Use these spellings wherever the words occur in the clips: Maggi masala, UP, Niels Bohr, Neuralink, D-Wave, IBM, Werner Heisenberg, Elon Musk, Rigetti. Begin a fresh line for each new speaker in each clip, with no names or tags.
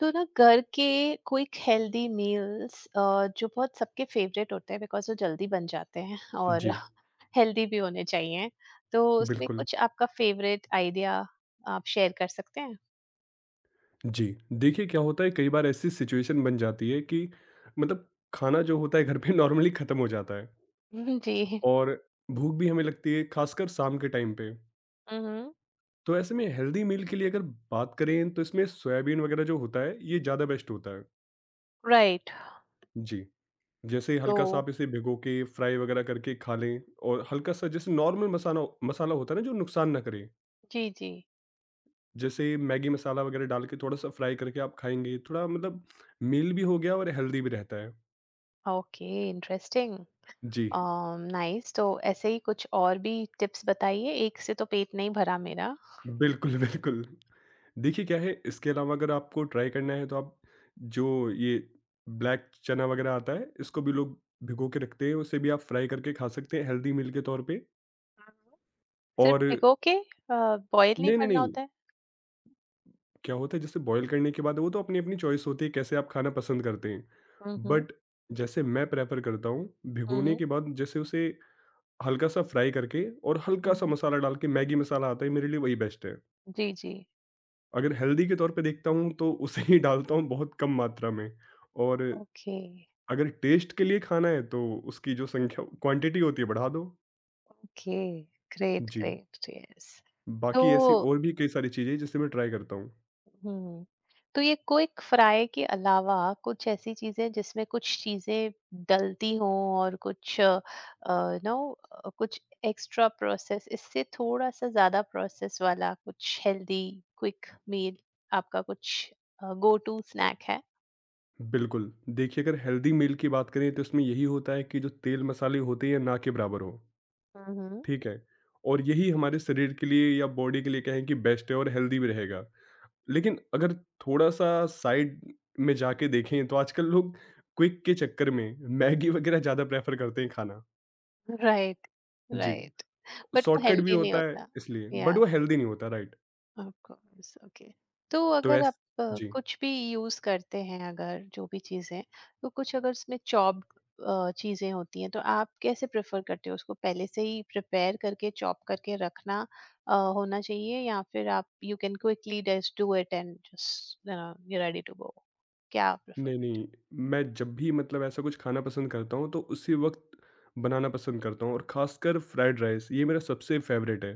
तो ना घर के क्विक हेल्दी मील्स जो बहुत सबके फेवरेट होते हैं बिकॉज वो जल्दी बन जाते हैं और
जी,
हेल्दी भी होने चाहिए। तो उसमें
बिल्कुल।
कुछ आपका फेवरेट आइडिया आप शेयर कर सकते हैं।
जी, देखिए क्या होता है कई बार ऐसी सिचुएशन बन जाती है कि मतलब खाना जो होता है घर पे नॉर्मली खत्म हो जाता है
जी।
और भूख भी हमें लगती है खासकर शाम के टाइम पे।
हम्म
तो ऐसे में हेल्दी मील के लिए अगर बात करें तो इसमें सोयाबीन वगैरह जो होता है ये ज़्यादा बेस्ट होता है।
राइट।
जी, जैसे
तो
हल्का-सा आप इसे भिगो के फ्राई वगैरह करके खा लें और हल्का-सा जैसे नॉर्मल मसाना मसाला होता है ना जो नुकसान ना करे,
जी जी।
जैसे मैगी मसाला वगैरह डाल के थोड़ा-सा फ्राई करके आप खाएँगे, थोड़ा मतलब मील भी हो गया और हेल्दी भी रहता है।
Okay, interesting.
जी,
नाइस। तो ऐसे ही कुछ और भी टिप्स बताइए, एक से तो पेट नहीं भरा मेरा।
बिल्कुल, बिल्कुल। देखिए क्या है इसके अलावा अगर आपको ट्राई करना है तो आप जो ये ब्लैक चना वग़ैरह आता है इसको भी लोग भिगो के रखते हैं, उसे भी आप फ्राई करके खा सकते हैं हेल्दी मील के तौर पे।
हाँ। सिर्फ
और
भिगो के बॉईल नहीं
नहीं, नहीं,
करना
नहीं,
होता है?
क्या होता है जैसे बॉयल करने के बाद वो तो अपनी-अपनी चॉइस होती है कैसे आप खाना पसंद करते हैं।
हम्म
बट जैसे मैं प्रेफ़र करता हूँ भिगोने
हम्म
के बाद जैसे उसे हल्का-सा फ्राई करके और हल्का-सा
हम्म
मसाला डाल के मैगी मसाला आता है मेरे लिए वही बेस्ट है।
जी जी।
अगर हेल्दी के तौर पे देखता हूँ तो उसे ही डालता हूँ बहुत कम मात्रा में, और
ओके।
अगर टेस्ट के लिए खाना है तो उसकी जो संख्या क्वांटिटी होती है बढ़ा दो।
ओके, ग्रेट
जी,
ग्रेट, यस। तो
बाकी ऐसी और भी कई सारी चीज़ें हैं जिसे मैं ट्राई करता हूँ।
हम्म तो ये क्विक फ्राई के अलावा कुछ ऐसी चीजें जिसमें कुछ चीजें डलती हों और कुछ, नो, कुछ एक्स्ट्रा प्रोसेस, इससे थोड़ा सा ज्यादा प्रोसेस वाला कुछ हेल्दी क्विक मील आपका कुछ गो टू स्नैक है?
बिल्कुल, देखिए अगर हेल्दी मील की बात करें तो इसमें यही होता है कि जो तेल मसाले होते हैं ना के बराबर हो,
हम्म
ठीक है? और यही हमारे शरीर के लिए या बॉडी के लिए कहें कि बेस्ट है और हेल्दी भी रहेगा। लेकिन अगर थोड़ा-सा साइड में जाके देखें तो आजकल लोग क्विक के चक्कर में मैगी वगैरह ज़्यादा प्रेफ़र करते हैं खाना।
राइट।
जी,
राइट, बट वो
शॉर्टकट भी
हेल्दी नहीं
होता है
होता।
इसलिए,
Yeah.
बट वो हेल्दी नहीं होता राइट?
Of course, okay. तो
तो
अगर
ऐस
आप
जी,
कुछ भी यूज करते हैं, अगर जो भी चीजें, तो कुछ अगर उसमें चॉप्ड चीजें होती हैं तो आप कैसे प्रेफर करते हो, उसको पहले से ही प्रिपेयर करके चॉप करके रखना होना चाहिए, या फिर आप you can quickly just do it and just you ready to go, क्या आप प्रेफर
नहीं,
करते
नहीं, मैं जब भी मतलब ऐसा कुछ खाना पसंद करता हूँ तो उसी वक़्त बनाना पसंद करता हूँ, और ख़ासकर फ्राइड राइस ये मेरा सबसे फ़ेवरेट है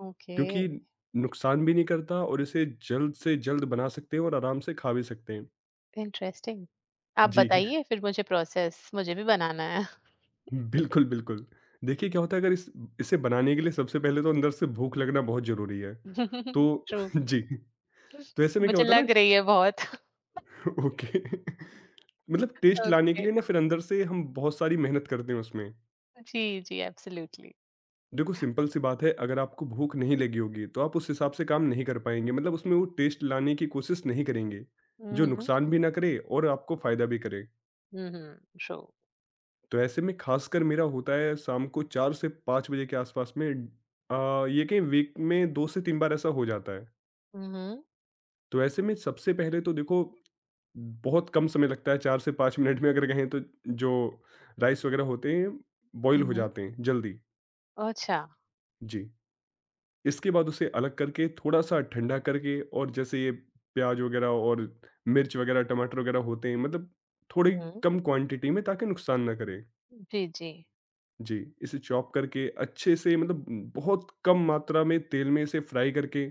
हो? ओके,
क्योंकि नुकसान भी नहीं करता और इसे जल्द से जल्द बना सकते हैं और आराम से खा भी सकते हैं।
इंटरेस्टिंग। आप
जी।
बताइए फिर मुझे प्रोसेस, मुझे भी बनाना है।
बिल्कुल, बिल्कुल। देखिए क्या होता है अगर इस इसे बनाने के लिए सबसे पहले तो अंदर से भूख लगना बहुत ज़रूरी है। तो
ट्रू।
जी, तो ऐसे में क्या
मुझे
होता है
लग
ना।
रही है बहुत।
ओके, मतलब टेस्ट लाने के
ओके।
लिए ना फिर अंदर से हम बहुत सारी मेहनत करते हैं उसमें।
जी, जी, एब्सोल्युटली।
देखो सिंपल सी बात है अगर आपको भूख नहीं लगी होगी तो आप उस हिसाब से काम नहीं कर पाएँगे, मतलब उसमें वो टेस्ट लाने की कोशिश नहीं करेंगे,
हुँ,
जो
हुँ,
नुकसान भी ना करे और आपको फ़ायदा भी करे।
Hmm, true.
तो ऐसे में खासकर मेरा होता है शाम को 4 से 5 बजे के आसपास में, ये कहीं वीक में 2 से 3 बार ऐसा हो जाता है।
हुँ,
तो ऐसे में सबसे पहले तो देखो बहुत कम समय लगता है, 4 से 5 मिनट में अगर कहें तो जो राइस वगैरह होते हैं बॉयल हो
हुँ,
जाते हैं जल्दी।
अच्छा,
जी, इसके बाद उसे अलग करके थोड़ा-सा ठंडा करके और जैसे ये प्याज़ वगैरह और मिर्च वगैरह, टमाटर वगैरह होते हैं, मतलब थोड़ी
हुँ,
कम क्वांटिटी में ताकि नुकसान ना करे।
जी, जी,
जी, इसे चॉप करके अच्छे से मतलब बहुत कम मात्रा में तेल में इसे फ्राई करके,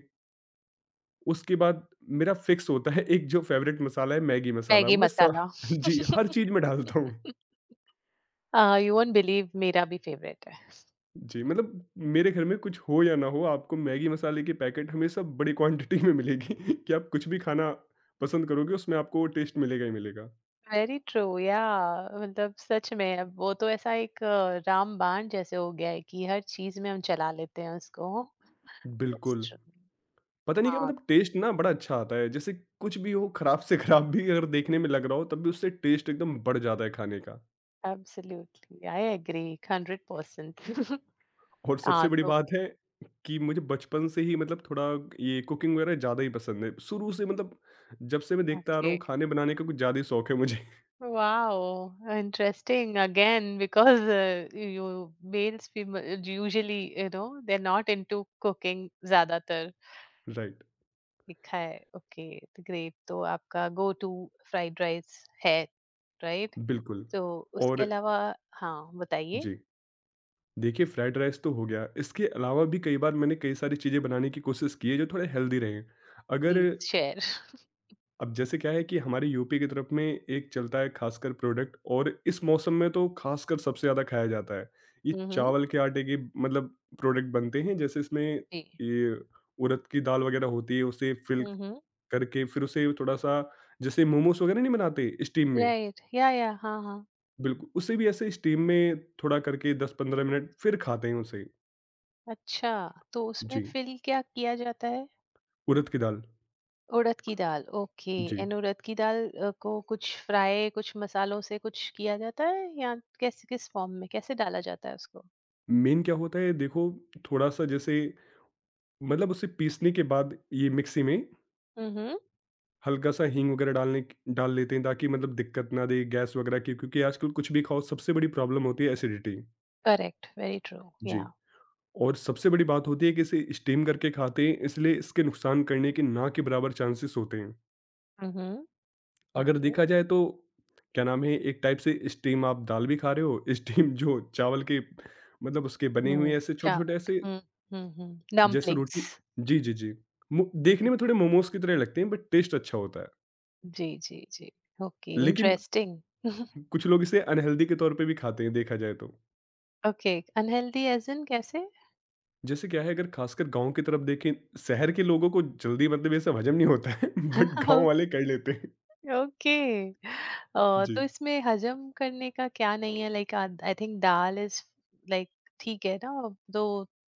उसके बाद मेरा फिक्स होता है एक जो फ़ेवरेट मसाला है मैगी मसाला,
मैगी
मैं स
मसाला।
जी, हर चीज़ में डालता हूँ।
यू वोंट बिलीव, मेरा भी फेवरेट है।
जी, मतलब मेरे घर में कुछ हो या ना हो, आपको मैगी मसाले के पैकेट हमेशा बड़ी क्वांटिटी में मिलेगी कि आप कुछ भी खाना पसंद करोगे उसमें आपको वो टेस्ट मिलेगा ही मिलेगा।
वेरी ट्रू, याह, मतलब सच में अब वो तो ऐसा एक रामबाण जैसे हो गया है कि हर चीज़ में हम चला लेते हैं उसको। दैट्स
बिल्कुल,
ट्रू।
पता नहीं क्या
हाँ,
मतलब टेस्ट ना बड़ा अच्छा आता है, जैसे कुछ भी हो, खराब से खराब भी अगर देखने में लग रहा हो तब भी उससे टेस्ट एकदम बढ़ जाता है खाने का।
Absolutely, I agree 100%।
और सबसे
हाँ,
बड़ी
तो
बात है कि मुझे बचपन से ही मतलब थोड़ा ये कुकिंग वगैरह ज़्यादा ही पसंद है। शुरू से मतलब जब से मैं देखता आ रहा
ओके।
हूँ, खाने बनाने का कुछ ज़्यादा ही शौक है मुझे।
Wow, interesting again because you males people usually you know they're not into cooking, ज्यादातर
राइट,
लिखा है। Okay, great. तो आपका गो टू फ्राइड राइस है, राइट?
बिल्कुल।
तो उसके
और
अलावा, हाँ बताइए।
जी। देखिए फ्राइड राइस तो हो गया, इसके अलावा भी कई बार मैंने कई सारी चीज़ें बनाने की कोशिश की है जो थोड़े हेल्दी रहें। अगर
प्लीज शेयर।
अब जैसे क्या है कि हमारे यूपी की तरफ में एक चलता है खासकर प्रोडक्ट, और इस मौसम में तो खासकर सबसे ज़्यादा खाया जाता है। ये
हम्म
चावल के आटे के मतलब प्रोडक्ट बनते हैं, जैसे इसमें
जी।
ये उड़द की दाल वगैरह होती है उसे फिल
हम्म
करके फिर उसे थोड़ा-सा जैसे मोमोस वगैरह नहीं बनाते स्टीम में,
राइट, या हाँ हाँ।
बिल्कुल उसे भी ऐसे स्टीम में थोड़ा करके 10-15 मिनट फिर खाते हैं उसे।
अच्छा, तो उसमें
जी,
फिल क्या किया जाता है?
उड़द की दाल।
उड़द की दाल, ओके।
जी।
एंड उड़द की दाल को कुछ फ्राई, कुछ मसालों से कुछ किया जाता है या कैसे, किस फॉर्म में कैसे डाला जाता है उसको?
मेन क्या होता है देखो, थोड़ा-सा जैसे मतलब उसे पीसने के बाद ये मिक्सी में
हम्म
हल्का सा हींग वगैरह डाल लेते हैं ताकि मतलब दिक्कत ना दे गैस वगैरह की, क्योंकि आजकल कुछ भी खाओ सबसे बड़ी प्रॉब्लम होती है एसिडिटी।
Correct, very true.
जी,
या
और सबसे बड़ी बात होती है कि इसे स्टीम करके खाते हैं इसलिए इसके नुकसान करने के ना के बराबर चांसेस होते हैं
हम्म
अगर
ओके।
देखा जाए तो। क्या नाम है, एक टाइप से स्टीम आप दाल भी खा रहे हो स्टीम जो चावल के मतलब उसके बने
हम्म
हुए ऐसे छोटे छोटे
चावल।
ऐसे,
हम्म,
जैसे
डम्पलिंग्स।
रोटी। जी जी जी। देखने में थोड़े मोमोज की तरह लगते हैं बट टेस्ट अच्छा होता है।
जी जी जी। ओके,
लेकिन
इंटरेस्टिंग।
कुछ लोग इसे अनहेल्दी के तौर पे भी खाते हैं देखा जाए तो।
ओके, अनहेल्दी एज इन कैसे?
जैसे क्या है अगर खासकर गाँव की तरफ देखें, शहर के लोगों को जल्दी मतलब ये सब हज़म नहीं होता है बट गाँव वाले कर लेते हैं।
ओके।
जी।
तो इसमें हजम करने का क्या नहीं है, like I think dal is like ठीक है ना? तो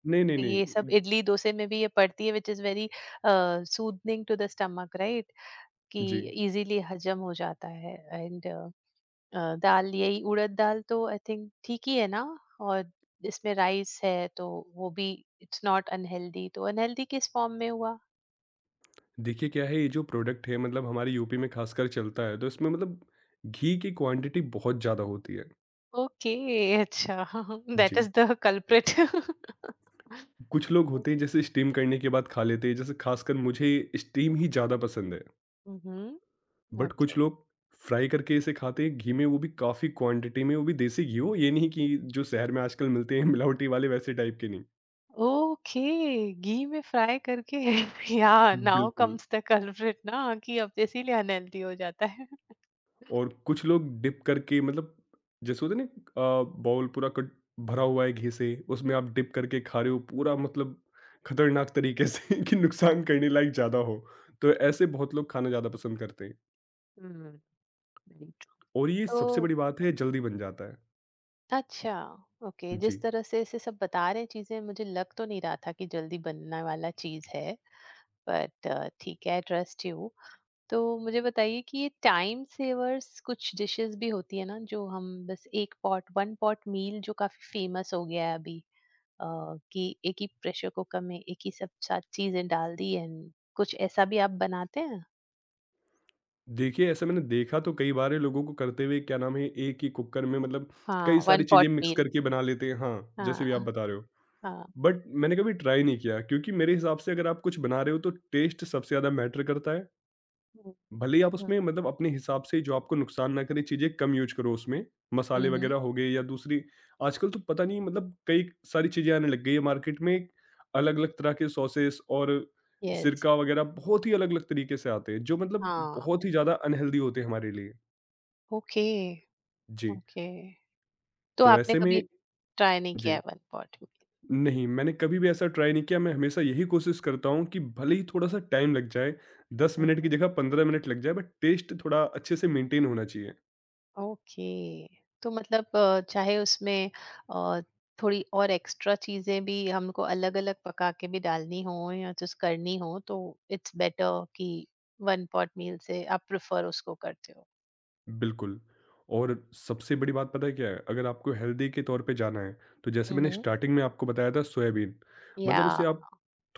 नहीं, नहीं, नहीं।
ये सब
इ
इडली डोसे में भी ये पड़ती है which is very soothing to the stomach, right? कि
जी।
इज़िली हज़म हो जाता है एंड दाल, यही उड़द दाल, तो आई थिंक ठीक ही है ना? और इसमें राइस है तो वो भी, इट्स नॉट अनहेल्दी, तो अनहेल्दी किस फॉर्म में हुआ?
देखिए क्या है, ये जो प्रोडक्ट है मतलब हमारे यूपी में खासकर चलता है तो इसमें मतलब घी की क्वांटिटी बहुत ज़्यादा होती है।
ओके, अच्छा। दैट
जी।
Is the culprit.
कुछ लोग होते हैं जैसे स्टीम करने के बाद खा लेते हैं, जैसे खासकर मुझे स्टीम ही ज़्यादा पसंद है।
हुँ, हुँ,
बट कुछ
ओके।
लोग फ्राई करके इसे खाते हैं घी में, वो भी काफ़ी क्वांटिटी में, वो भी देसी घी हो, ये नहीं कि जो शहर में आजकल मिलते हैं मिलावटी वाले वैसे टाइप के नहीं।
ओके, घी में फ्राई करके। या नाउ
बिल्कुल,
कम्स द कल्प्रिट ना, कि अब इसीलिए अनहेल्दी हो जाता है।
और कुछ लोग डिप करके मतलब जैसे होता है ना, बाउल पूरा कट भरा हुआ है घी से, उसमें आप डिप करके खा रहे हो पूरा मतलब खतरनाक तरीके से कि नुकसान करने लायक ज़्यादा हो। तो ऐसे बहुत लोग खाना ज़्यादा पसंद करते हैं,
हम्म वेरी ट्रू।
और ये
तो
सबसे बड़ी बात है जल्दी बन जाता है।
अच्छा, ओके, जिस
जी।
तरह से इसे सब बता रहे हैं चीजें, मुझे लग तो नहीं रहा था कि जल्दी बनने वाला चीज है, बट ठीक है, ट्रस्ट यू। तो मुझे बताइए कि ये टाइम सेवर्स कुछ डिशेस भी होती है ना, जो हम बस एक पॉट, वन पॉट मील, जो काफी फेमस हो गया है अभी, अ, कि एक ही प्रेशर कुकर में एक ही सब चीजें डाल दी, एंड कुछ ऐसा भी आप बनाते हैं?
देखिए ऐसा मैंने देखा तो कई बार है लोगों को करते हुए, क्या नाम है, एक ही कुकर में मतलब
हाँ,
कई
वन
सारी
पॉट
चीज़ें मिक्स
मील।
करके बना लेते हैं हाँ,
हाँ
जैसे भी आप बता रहे हो।
हाँ।
बट मैंने कभी ट्राई नहीं किया क्योंकि मेरे हिसाब से अगर आप कुछ बना रहे हो तो टेस्ट सबसे ज़्यादा मैटर करता है, भले ही आप उसमें मतलब अपने हिसाब से जो आपको नुकसान ना करे चीज़ें कम यूज करो उसमें, मसाले
हम्म
वगैरह हो गए या दूसरी। आजकल तो पता नहीं मतलब कई सारी चीज़ें आने लग गई है मार्केट में, अलग अलग तरह के सॉसेस और
यस।
सिरका वगैरह बहुत ही अलग अलग तरीके से आते हैं जो मतलब
हाँ,
बहुत ही ज़्यादा अनहेल्दी होते हैं हमारे लिए।
ओके।
जी,
ओके, तो
तो
आपने
ऐसे में
कभी ट्राई नहीं किया है
जी,
वन पॉट मील?
नहीं, मैंने कभी भी ऐसा ट्राई नहीं किया, मैं हमेशा यही कोशिश करता हूँ कि भले ही थोड़ा-सा टाइम लग जाए, 10 मिनट की जगह 15 मिनट लग जाए बट टेस्ट थोड़ा अच्छे से मेंटेन होना चाहिए।
ओके, तो मतलब चाहे उसमें अ, थोड़ी और एक्स्ट्रा चीजें भी हमको अलग अलग पका के भी डालनी हो या कुछ करनी हो तो इट्स बेटर कि वन पॉट मील से आप प्रेफर उसको करते हो।
बिल्कुल, और सबसे बड़ी बात पता है क्या है? अगर आपको हेल्दी के तौर पे जाना है, तो जैसे मैंने
हम्म
स्टार्टिंग में आपको बताया था सोयाबीन,
या
मतलब इसे आप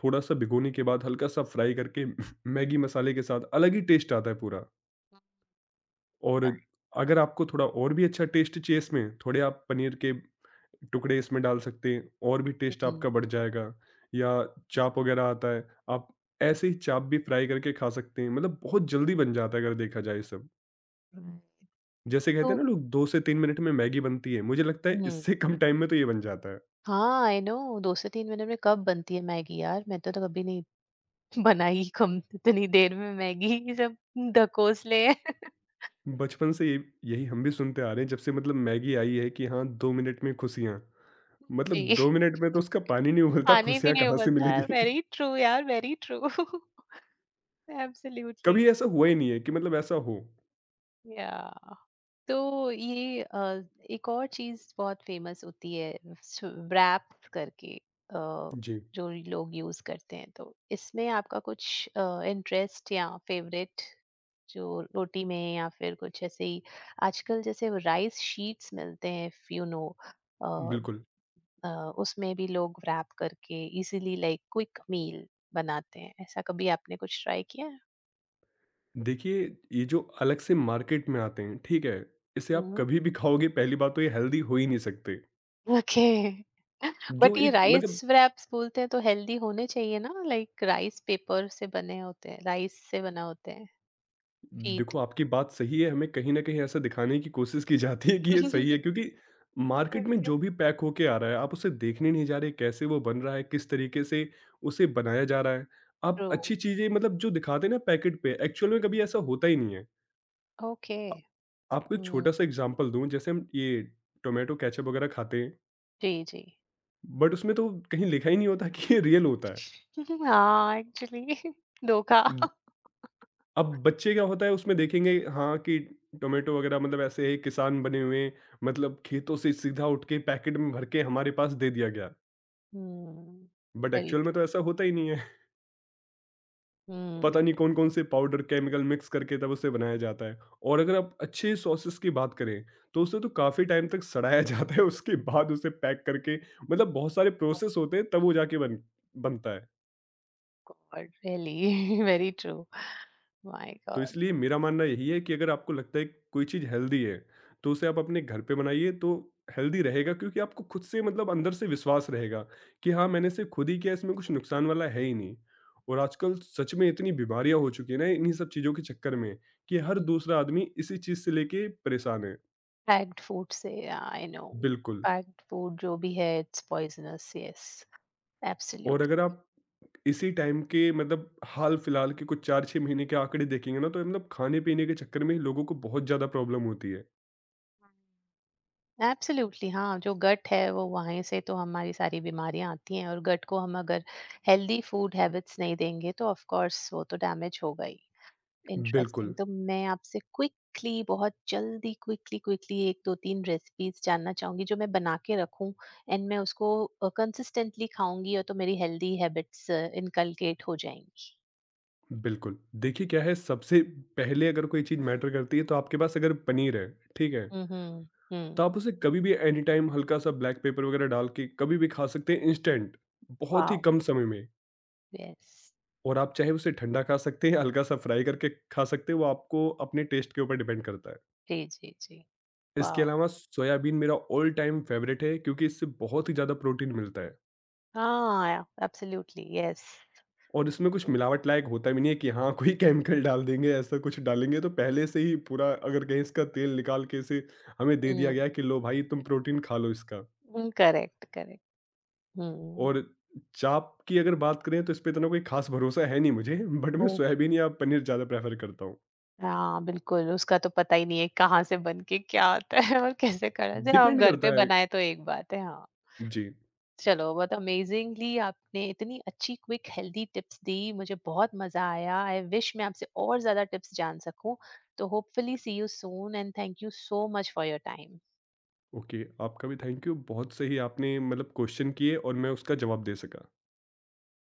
थोड़ा-सा भिगोने के बाद हल्का-सा फ्राई करके मैगी मसाले के साथ अलग ही टेस्ट आता है पूरा। और अगर आपको थोड़ा और भी अच्छा टेस्ट चाहिए इसमें, थोड़े आप पनीर के टुकड़े इसमें डाल सकते हैं और भी टेस्ट
हम्म
आपका बढ़ जाएगा, या
Right.
चाप वगैरह आता है आप ऐसे ही चाप भी फ्राई करके खा सकते हैं, मतलब बहुत जल्दी बन जाता है अगर देखा जाए ये सब। जैसे कहते हैं
तो
ना लोग 2 से 3 मिनट में मैगी बनती है, मुझे लगता है
हम्म
इससे कम टाइम में तो ये बन जाता है।
हाँ, आई नो, 2 से 3 मिनट में कब बनती है मैगी यार, मैं तो, कभी नहीं बनाई कम इतनी देर में मैगी, सब ढकोसले हैं।
बचपन से ये यही हम भी सुनते आ रहे हैं जब से मतलब मैगी आई है कि हाँ 2 मिनट में खुशियाँ, मतलब 2 मिनट में तो
जी।
उसका पानी नहीं उबलता,
पानी भी
खुशियाँ
नहीं
कहाँ से
उबलता है।
मिलेगी।
वेरी ट्रू यार, वेरी ट्रू। एब्सोल्युटली।
कभी ऐसा हुआ ही नहीं है कि मतलब ऐसा हो।
याह! तो ये एक और चीज़ बहुत फ़ेमस होती है, स रैप करके,
जी,
जो लोग यूज़ करते हैं, तो इसमें आपका कुछ इंटरेस्ट या फ़ेवरेट जो रोटी में या फिर कुछ ऐसे ही आजकल जैसे राइस शीट्स मिलते हैं, इफ यू नो, अ,
बिल्कुल।
अ, उसमें भी लोग रैप करके इजीली लाइक क्विक मील बनाते हैं। ऐसा कभी आपने कुछ ट्राई किया है?
देखिए, ये जो अलग से मार्केट में आते हैं, ठीक है? इसे आप
हुँ।
कभी भी खाओगे, पहली बात तो ये हेल्दी हो ही नहीं सकते।
ओके,
जो
बट ये
एक
राइस
मतलब
व्रैप्स बोलते हैं तो हेल्दी होने चाहिए ना? लाइक राइस पेपर से बने होते हैं, राइस से बना होते हैं, फीट।
देखो आपकी बात सही है, हमें कहीं न कहीं ऐसा दिखाने की कोशिश की जाती है कि ये सही है, क्योंकि मार्केट में
ओके,
जो भी पैक होके आ रहा है, आप उसे देखने नहीं जा रहे कैसे वो बन रहा है, किस तरीके से उसे बनाया जा रहा है। आप
ट्रू।
अच्छी चीज़ें मतलब जो दिखाते हैं ना पैकेट पे, एक्चुअल में कभी ऐसा होता ही नहीं है।
ओके,
अ, आपको एक
हुँ,
छोटा-सा एग्ज़ाम्पल दूँ, जैसे हम ये टोमेटो केचअप वगैरह खाते हैं।
जी, जी।
बट उसमें तो कहीं लिखा ही नहीं होता कि ये रियल होता है।
हाँ, एक्चुअली, धोखा।
उम, अब बच्चे क्या होता है उसमें देखेंगे हाँ, कि टोमेटो वगैरह मतलब ऐसे ही किसान बने हुए हैं, मतलब खेतों से सीधा उठ के पैकेट में भर के हमारे पास दे दिया गया।
हुँ,
बट
वेरी
एक्चुअल में
ट्रू।
तो ऐसा होता ही नहीं है।
हुँ,
पता नहीं कौन-कौन से पाउडर, केमिकल मिक्स करके तब उसे बनाया जाता है। और अगर आप अच्छे सॉसेस की बात करें, तो उसे तो काफ़ी टाइम तक सड़ाया जाता है, उसके बाद उसे पैक करके मतलब बहुत सारे प्रोसेस होते हैं तब वो जाके बन बनता है।
God really. Very true. My
तो
गॉड!
इसलिए मेरा मानना यही है कि अगर आपको लगता है कि कोई चीज़ हेल्दी है तो उसे आप अपने घर पे बनाइए, तो हेल्दी रहेगा क्योंकि आपको खुद से मतलब अंदर से विश्वास रहेगा कि हाँ मैंने सिर्फ खुद ही किया, इसमें कुछ नुकसान वाला है ही नहीं। और आजकल सच में इतनी बीमारियां हो चुकी है ना इन्हीं सब चीज़ों के चक्कर में, कि हर दूसरा आदमी इसी चीज़ से लेके परेशान है।
पैक्ड फूड से आई नो।
बिल्कुल,
पैक्ड फूड जो भी है इट्स पॉइजनस, यस,
और
एब्सोल्युटली।
अगर आप इसी टाइम के मतलब हाल फिलहाल के कुछ 4-6 महीने के आंकड़े देखेंगे ना, तो मतलब खाने पीने के चक्कर में ही लोगों को बहुत ज़्यादा प्रॉब्लम होती है।
एब्सोल्युटली, हाँ, जो गट है वो वहीं से तो हमारी सारी बीमारियां आती हैं, और गट को हम अगर हेल्दी फूड हैबिट्स नहीं देंगे तो ऑफ कोर्स वो तो डैमेज होगा ही। इंटरेस्टिंग।
बिल्कुल,
तो मैं आपसे क्विकली, बहुत जल्दी, क्विकली क्विकली एक दो तीन रेसिपीज जानना चाहूंगी जो मैं बना के रखूं एंड मैं उसको कंसिस्टेंटली खाऊंगी और तो मेरी हेल्दी हैबिट्स इनकलकेट हो जाएंगी।
बिल्कुल, देखिए क्या है, सबसे पहले अगर कोई चीज़ मैटर करती है तो आपके पास अगर पनीर है, ठीक है?
हम्म,
तो आप उसे कभी भी एनी टाइम हल्का-सा ब्लैक पेपर वगैरह डाल के कभी भी खा सकते हैं इंस्टेंट, बहुत ही
वाओ!
कम समय में।
यस।
और आप चाहे उसे ठंडा खा सकते हैं, हल्का-सा फ्राई करके खा सकते हैं, वो आपको अपने टेस्ट के ऊपर डिपेंड करता है।
जी, जी, जी।
इसके
वाओ!
अलावा सोयाबीन मेरा ऑल टाइम फ़ेवरेट है क्योंकि इससे बहुत ही ज़्यादा प्रोटीन मिलता है।
हाँ, एब्सोल्युटली यस।
और इसमें कुछ
हुँ,
मिलावट लायक होता भी नहीं है कि हाँ कोई केमिकल डाल देंगे ऐसा कुछ डालेंगे, तो पहले से ही पूरा अगर कहीं इसका तेल निकाल के इसे हमें दे दिया
हुँ,
गया है कि लो भाई तुम प्रोटीन खा लो इसका।
हुँ, करेक्ट, करेक्ट। हुँ,
और चाप की अगर बात करें तो इस पे इतना कोई खास भरोसा है नहीं मुझे, बट मैं
ओह!
सोयाबीन या पनीर ज़्यादा प्रेफर करता हूँ,
हाँ, बिल्कुल, उसका तो पता ही नहीं है कहाँ से बन के क्या आता है और कैसे करा जाए। हम
डिपेंड
घर पे
करता है।
बनाएँ तो एक बात है, हाँ।
जी।
चलो, बहुत अमेजिंगली आपने इतनी अच्छी क्विक हेल्दी टिप्स दी, मुझे बहुत मज़ा आया। आई विश मैं आपसे और ज़्यादा टिप्स जान सकूँ। तो hopefully see you soon and thank you so much for your time.
Okay, आपका भी थैंक यू, बहुत सही आपने मतलब क्वेश्चन किए और मैं उसका जवाब दे सका।